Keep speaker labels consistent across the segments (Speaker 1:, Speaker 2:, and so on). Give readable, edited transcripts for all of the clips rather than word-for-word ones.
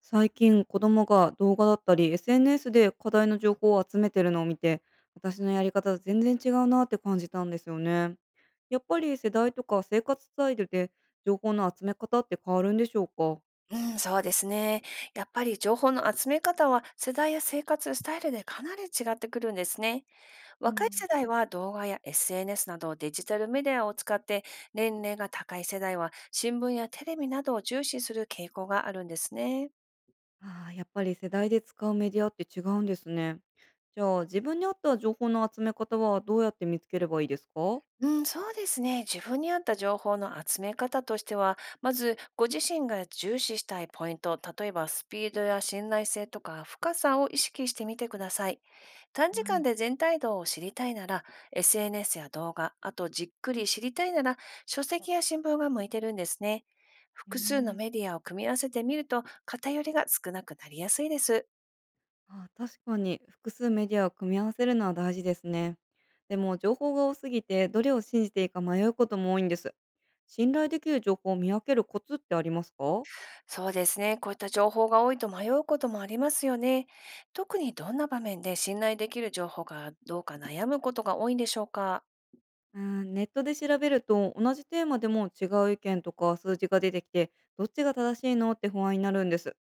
Speaker 1: 最近子供が動画だったり SNS で課題の情報を集めてるのを見て私のやり方と全然違うなって感じたんですよね。やっぱり世代とか生活スタイルで情報の集め方って変わるんでしょうか。
Speaker 2: うん、そうですね。やっぱり情報の集め方は世代や生活スタイルでかなり違ってくるんですね。
Speaker 1: う
Speaker 2: 若い
Speaker 1: ん。
Speaker 2: 世代は動画や SNS などデジタルメディアを使って、年齢が高い世代は新聞やテレビなどを重視する傾向があるんですね。
Speaker 1: ああ、やっぱり世代で使うメディアって違うんですね。じゃあ自分に合った情報の集め方はどうやって見つければいいですか。
Speaker 2: うん、そうですね。自分に合った情報の集め方としては、まずご自身が重視したいポイント、例えばスピードや信頼性とか深さを意識してみてください。短時
Speaker 1: は
Speaker 2: 間
Speaker 1: い。
Speaker 2: で全体像を知りたいなら、SNS や動画、あとじっくり知りたいなら、書籍や新聞が向いてるんですね。複数
Speaker 1: え
Speaker 2: のメディアを組み合わせてみると偏りが少なくなりやすいです。
Speaker 1: あー確かに複数メディアを組み合わせるのは大事ですね。でも情報が多すぎてどれを信じていいか迷うことも多いんです。信頼できる情報を見分けるコツってありますか。
Speaker 2: そうですね。こういった情報が多いと迷うこともありますよね。特にどんな場面で信頼できる情報がどうか悩むことが多いんでしょうか？
Speaker 1: うん、ネットで調べると同じテーマでも違う意見とか数字が出てきてどっちが正しいのって不安になるんです。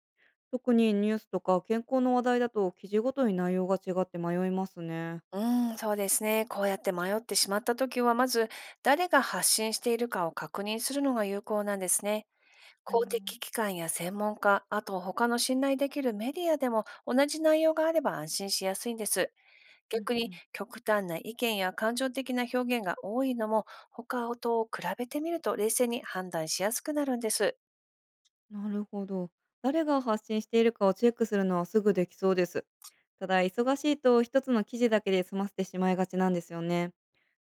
Speaker 1: 特にニュースとか健康の話題だと記事ごとに内容が違って迷いますね。
Speaker 2: うーん、そうですね。こうやって迷ってしまったときは、まず誰が発信しているかを確認するのが有効なんですね。
Speaker 1: う
Speaker 2: 公
Speaker 1: ん
Speaker 2: 的機関や専門家、あと他の信頼できるメディアでも同じ内容があれば安心しやすいんです。
Speaker 1: うん。
Speaker 2: 逆
Speaker 1: う
Speaker 2: に
Speaker 1: ん。
Speaker 2: 極端な意見や感情的な表現が多いのも、他と比べてみると冷静に判断しやすくなるんです。
Speaker 1: なるほど。誰が発信しているかをチェックするのはすぐできそうです。ただ、忙しいと一つの記事だけで済ませてしまいがちなんですよね。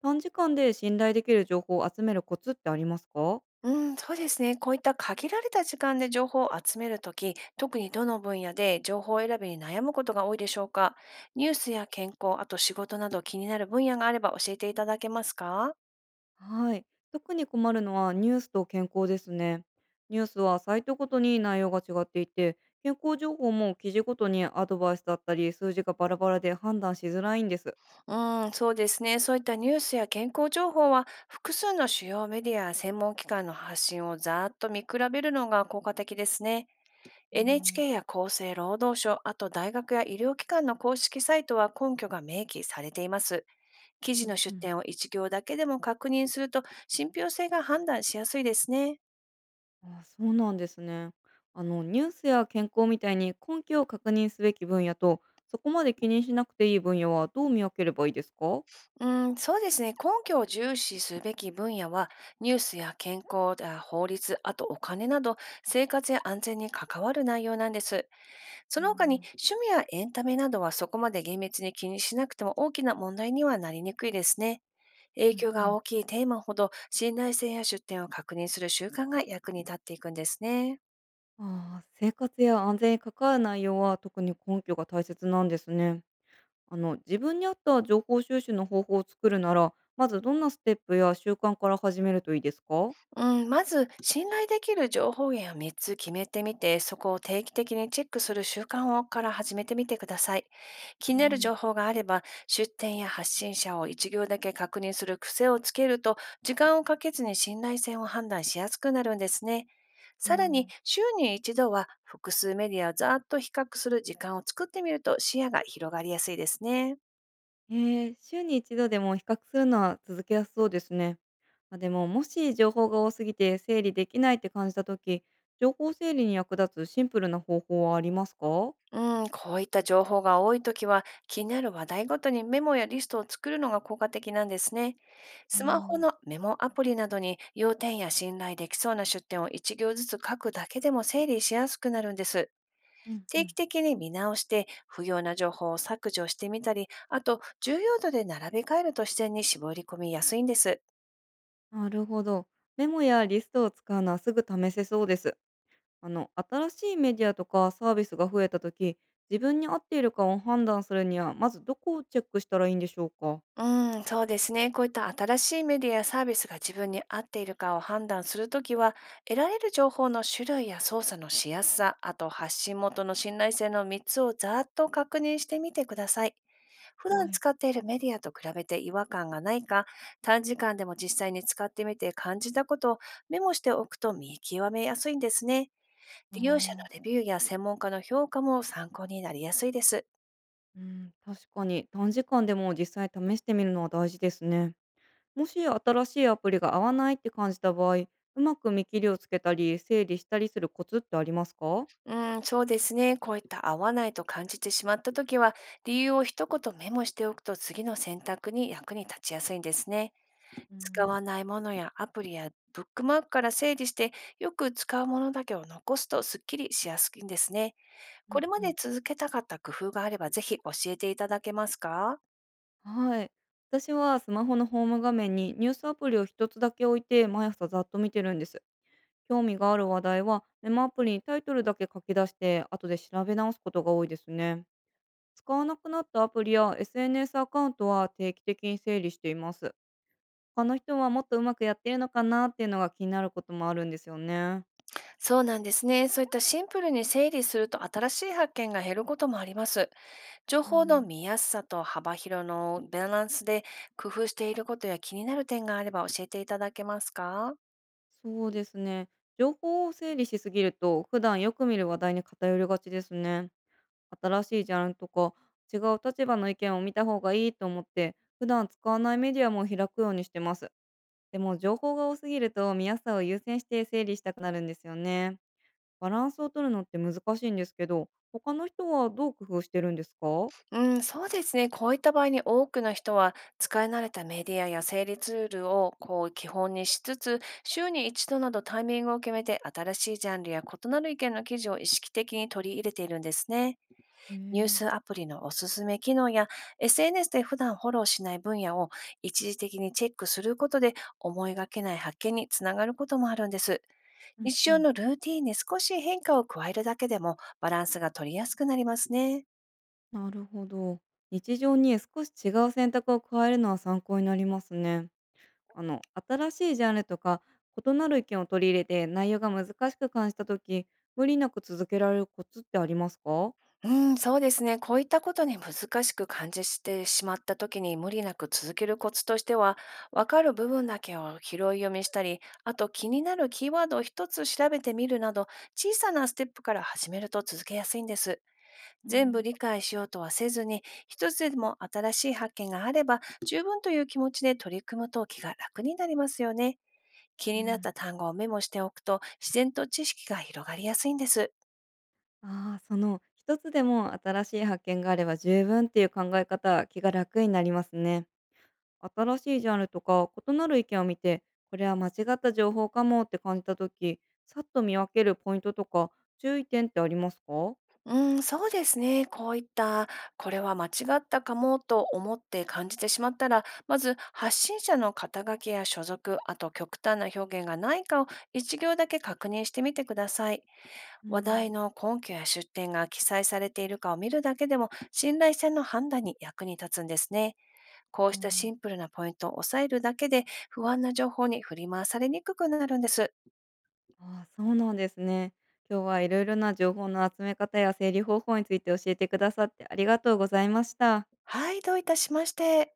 Speaker 1: 短時間で信頼できる情報を集めるコツってありますか。
Speaker 2: うん、そうですね。こういった限られた時間で情報を集めるとき、特にどの分野で情報選びに悩むことが多いでしょうか？ニュースや健康、あと仕事など気になる分野があれば教えていただけますか？
Speaker 1: はい。特に困るのはニュースと健康ですね。ニュースはサイトごとに内容が違っていて、健康情報も記事ごとにアドバイスだったり、数字がバラバラで判断しづらいんです。
Speaker 2: うん、そうですね。そういったニュースや健康情報は、複数の主要メディアや専門機関の発信をざーっと見比べるのが効果的ですね。
Speaker 1: うーん。
Speaker 2: NHK や厚生労働省、あと大学や医療機関の公式サイトは根拠が明記されています。記
Speaker 1: う
Speaker 2: 事
Speaker 1: ん
Speaker 2: の
Speaker 1: う
Speaker 2: 出
Speaker 1: ん。
Speaker 2: 典を一行だけでも確認すると、信憑性が判断しやすいですね。
Speaker 1: あ、そうなんですね。あのニュースや健康みたいに根拠を確認すべき分野とそこまで気にしなくていい分野はどう見分ければいいですか？
Speaker 2: うん、そうですね。根拠を重視すべき分野は、ニュースや健康や法律、あとお金など、生活や安全に関わる内容なんです。
Speaker 1: う
Speaker 2: その他に、
Speaker 1: ん、
Speaker 2: 趣味やエンタメなどはそこまで厳密に気にしなくても大きな問題にはなりにくいですね。影
Speaker 1: うん
Speaker 2: 響
Speaker 1: う
Speaker 2: が
Speaker 1: ん。
Speaker 2: 大きいテーマほど信頼性や出典を確認する習慣が役に立っていくんですね。
Speaker 1: ああ、生活や安全に関わる内容は特に根拠が大切なんですね。あの、自分に合った情報収集の方法を作るなら、まずどんなステップや習慣から始めるといいですか？
Speaker 2: うん、まず信頼できる情報源を3つ決めてみて、そこを定期的にチェックする習慣をから始めてみてください。気にな
Speaker 1: は
Speaker 2: る
Speaker 1: い。
Speaker 2: 情報があれば出典や発信者を一行だけ確認する癖をつけると、時間をかけずに信頼性を判断しやすくなるんですね。
Speaker 1: う
Speaker 2: さらに
Speaker 1: ん。
Speaker 2: 週に一度は複数メディアをざーっと比較する時間を作ってみると、視野が広がりやすいですね。
Speaker 1: えー週に一度でも比較するのは続けやすそうですね。あ、でも、もし情報が多すぎて整理できないって感じたとき情報整理に役立つシンプルな方法はありますか？
Speaker 2: うん、こういった情報が多いときは、気になる話題ごとにメモやリストを作るのが効果的なんですね。
Speaker 1: う
Speaker 2: スマホ
Speaker 1: ん、
Speaker 2: のメモアプリなどに要点や信頼できそうな出典を一行ずつ書くだけでも整理しやすくなるんです。
Speaker 1: うんう
Speaker 2: 定期
Speaker 1: ん。
Speaker 2: 的に見直して、不要な情報を削除してみたり、あと、重要度で並べ替えると自然に絞り込みやすいんです。
Speaker 1: なるほど。メモやリストを使うのはすぐ試せそうです。あの、新しいメディアとかサービスが増えたとき自分に合っているかを判断するには、まずどこをチェックしたらいいんでしょうか？
Speaker 2: うん、そうですね。こういった新しいメディアやサービスが自分に合っているかを判断するときは、得られる情報の種類や操作のしやすさ、あと発信元の信頼性の3つをざーっと確認してみてください。普
Speaker 1: は
Speaker 2: 段
Speaker 1: い。
Speaker 2: 使っているメディアと比べて違和感がないか、短時間でも実際に使ってみて感じたことをメモしておくと見極めやすいんですね。
Speaker 1: あ
Speaker 2: 利用者のレ
Speaker 1: あ。
Speaker 2: ビューや専門家の評価も参考になりやすいです。
Speaker 1: うん、確かに短時間でも実際試してみるのは大事ですね。もし新しいアプリが合わないって感じた場合、うまく見切りをつけたり、整理したりするコツってありますか。
Speaker 2: うん、そうですね。こういった合わないと感じてしまったときは、理由を一言メモしておくと次の選択に役に立ちやすいんですね。
Speaker 1: う
Speaker 2: 使
Speaker 1: ん、
Speaker 2: わないものやアプリやブックマークから整理して、よく使うものだけを残すとすっきりしやすいんですね。
Speaker 1: う
Speaker 2: こ
Speaker 1: ん、
Speaker 2: れま
Speaker 1: うん。
Speaker 2: で続けたかった工夫があれば、ぜひ教えていただけますか？
Speaker 1: はい。私はスマホのホーム画面にニュースアプリを一つだけ置いて毎朝ざっと見てるんです。興味がある話題はメモアプリにタイトルだけ書き出して後で調べ直すことが多いですね。使わなくなったアプリや SNS アカウントは定期的に整理しています。他の人はもっとうまくやってるのかなっていうのが気になることもあるんですよね。
Speaker 2: そうなんですね。そういったシンプルに整理すると新しい発見が減ることもあります。情
Speaker 1: う
Speaker 2: 報の
Speaker 1: ん、
Speaker 2: 見やすさと幅広のバランスで工夫していることや気になる点があれば教えていただけますか？
Speaker 1: そうですね。情報を整理しすぎると、普段よく見る話題に偏りがちですね。新しいジャンルとか、違う立場の意見を見た方がいいと思って、普段使わないメディアも開くようにしてます。でも、情報が多すぎると、見やすさを優先して整理したくなるんですよね。バランスを取るのって難しいんですけど、他の人はどう工夫してるんですか。
Speaker 2: うん、そうですね。こういった場合に多くの人は、使い慣れたメディアや整理ツールをこう基本にしつつ、週に一度などタイミングを決めて新しいジャンルや異なる意見の記事を意識的に取り入れているんですね。
Speaker 1: へ
Speaker 2: ニュー
Speaker 1: え。
Speaker 2: スアプリのおすすめ機能や SNS で普段フォローしない分野を一時的にチェックすることで、思いがけない発見につながることもあるんです。
Speaker 1: うん
Speaker 2: 日
Speaker 1: う
Speaker 2: 常
Speaker 1: ん。
Speaker 2: のルーティンに少し変化を加えるだけでもバランスが取りやすくなりますね。
Speaker 1: なるほど。日常に少し違う選択を加えるのは参考になりますね。あの、新しいジャンルとか、異なる意見を取り入れて内容が難しく感じたとき、無理なく続けられるコツってありますか。
Speaker 2: うん、そうですね。こういったことに難しく感じしてしまった時に無理なく続けるコツとしては、わかる部分だけを拾い読みしたり、あと気になるキーワードを一つ調べてみるなど、小さなステップから始めると続けやすいんです。
Speaker 1: う
Speaker 2: 全部
Speaker 1: ん、
Speaker 2: 理解しようとはせずに、一つでも新しい発見があれば十分という気持ちで取り組むと、気が楽になりますよね。気
Speaker 1: う
Speaker 2: になった
Speaker 1: ん。
Speaker 2: 単語をメモしておくと、自然と知識が広がりやすいんです。
Speaker 1: ああ、その、一つでも新しい発見があれば十分っていう考え方は気が楽になりますね。新しいジャンルとか異なる意見を見て、これは間違った情報かもって感じたとき、さっと見分けるポイントとか注意点ってありますか。
Speaker 2: うん、そうですね。こういった、これは間違ったかもと思って感じてしまったら、まず発信者の肩書きや所属、あと極端な表現がないかを一行だけ確認してみてください。
Speaker 1: う
Speaker 2: 話題
Speaker 1: ん。
Speaker 2: の根拠や出典が記載されているかを見るだけでも、信頼性の判断に役に立つんですね。こうしたシンプルなポイントを抑えるだけで、不安な情報に振り回されにくくなるんです。
Speaker 1: ああ、そうなんですね。今日はいろいろな情報の集め方や整理方法について教えてくださってありがとうございました。
Speaker 2: はい、どういたしまして。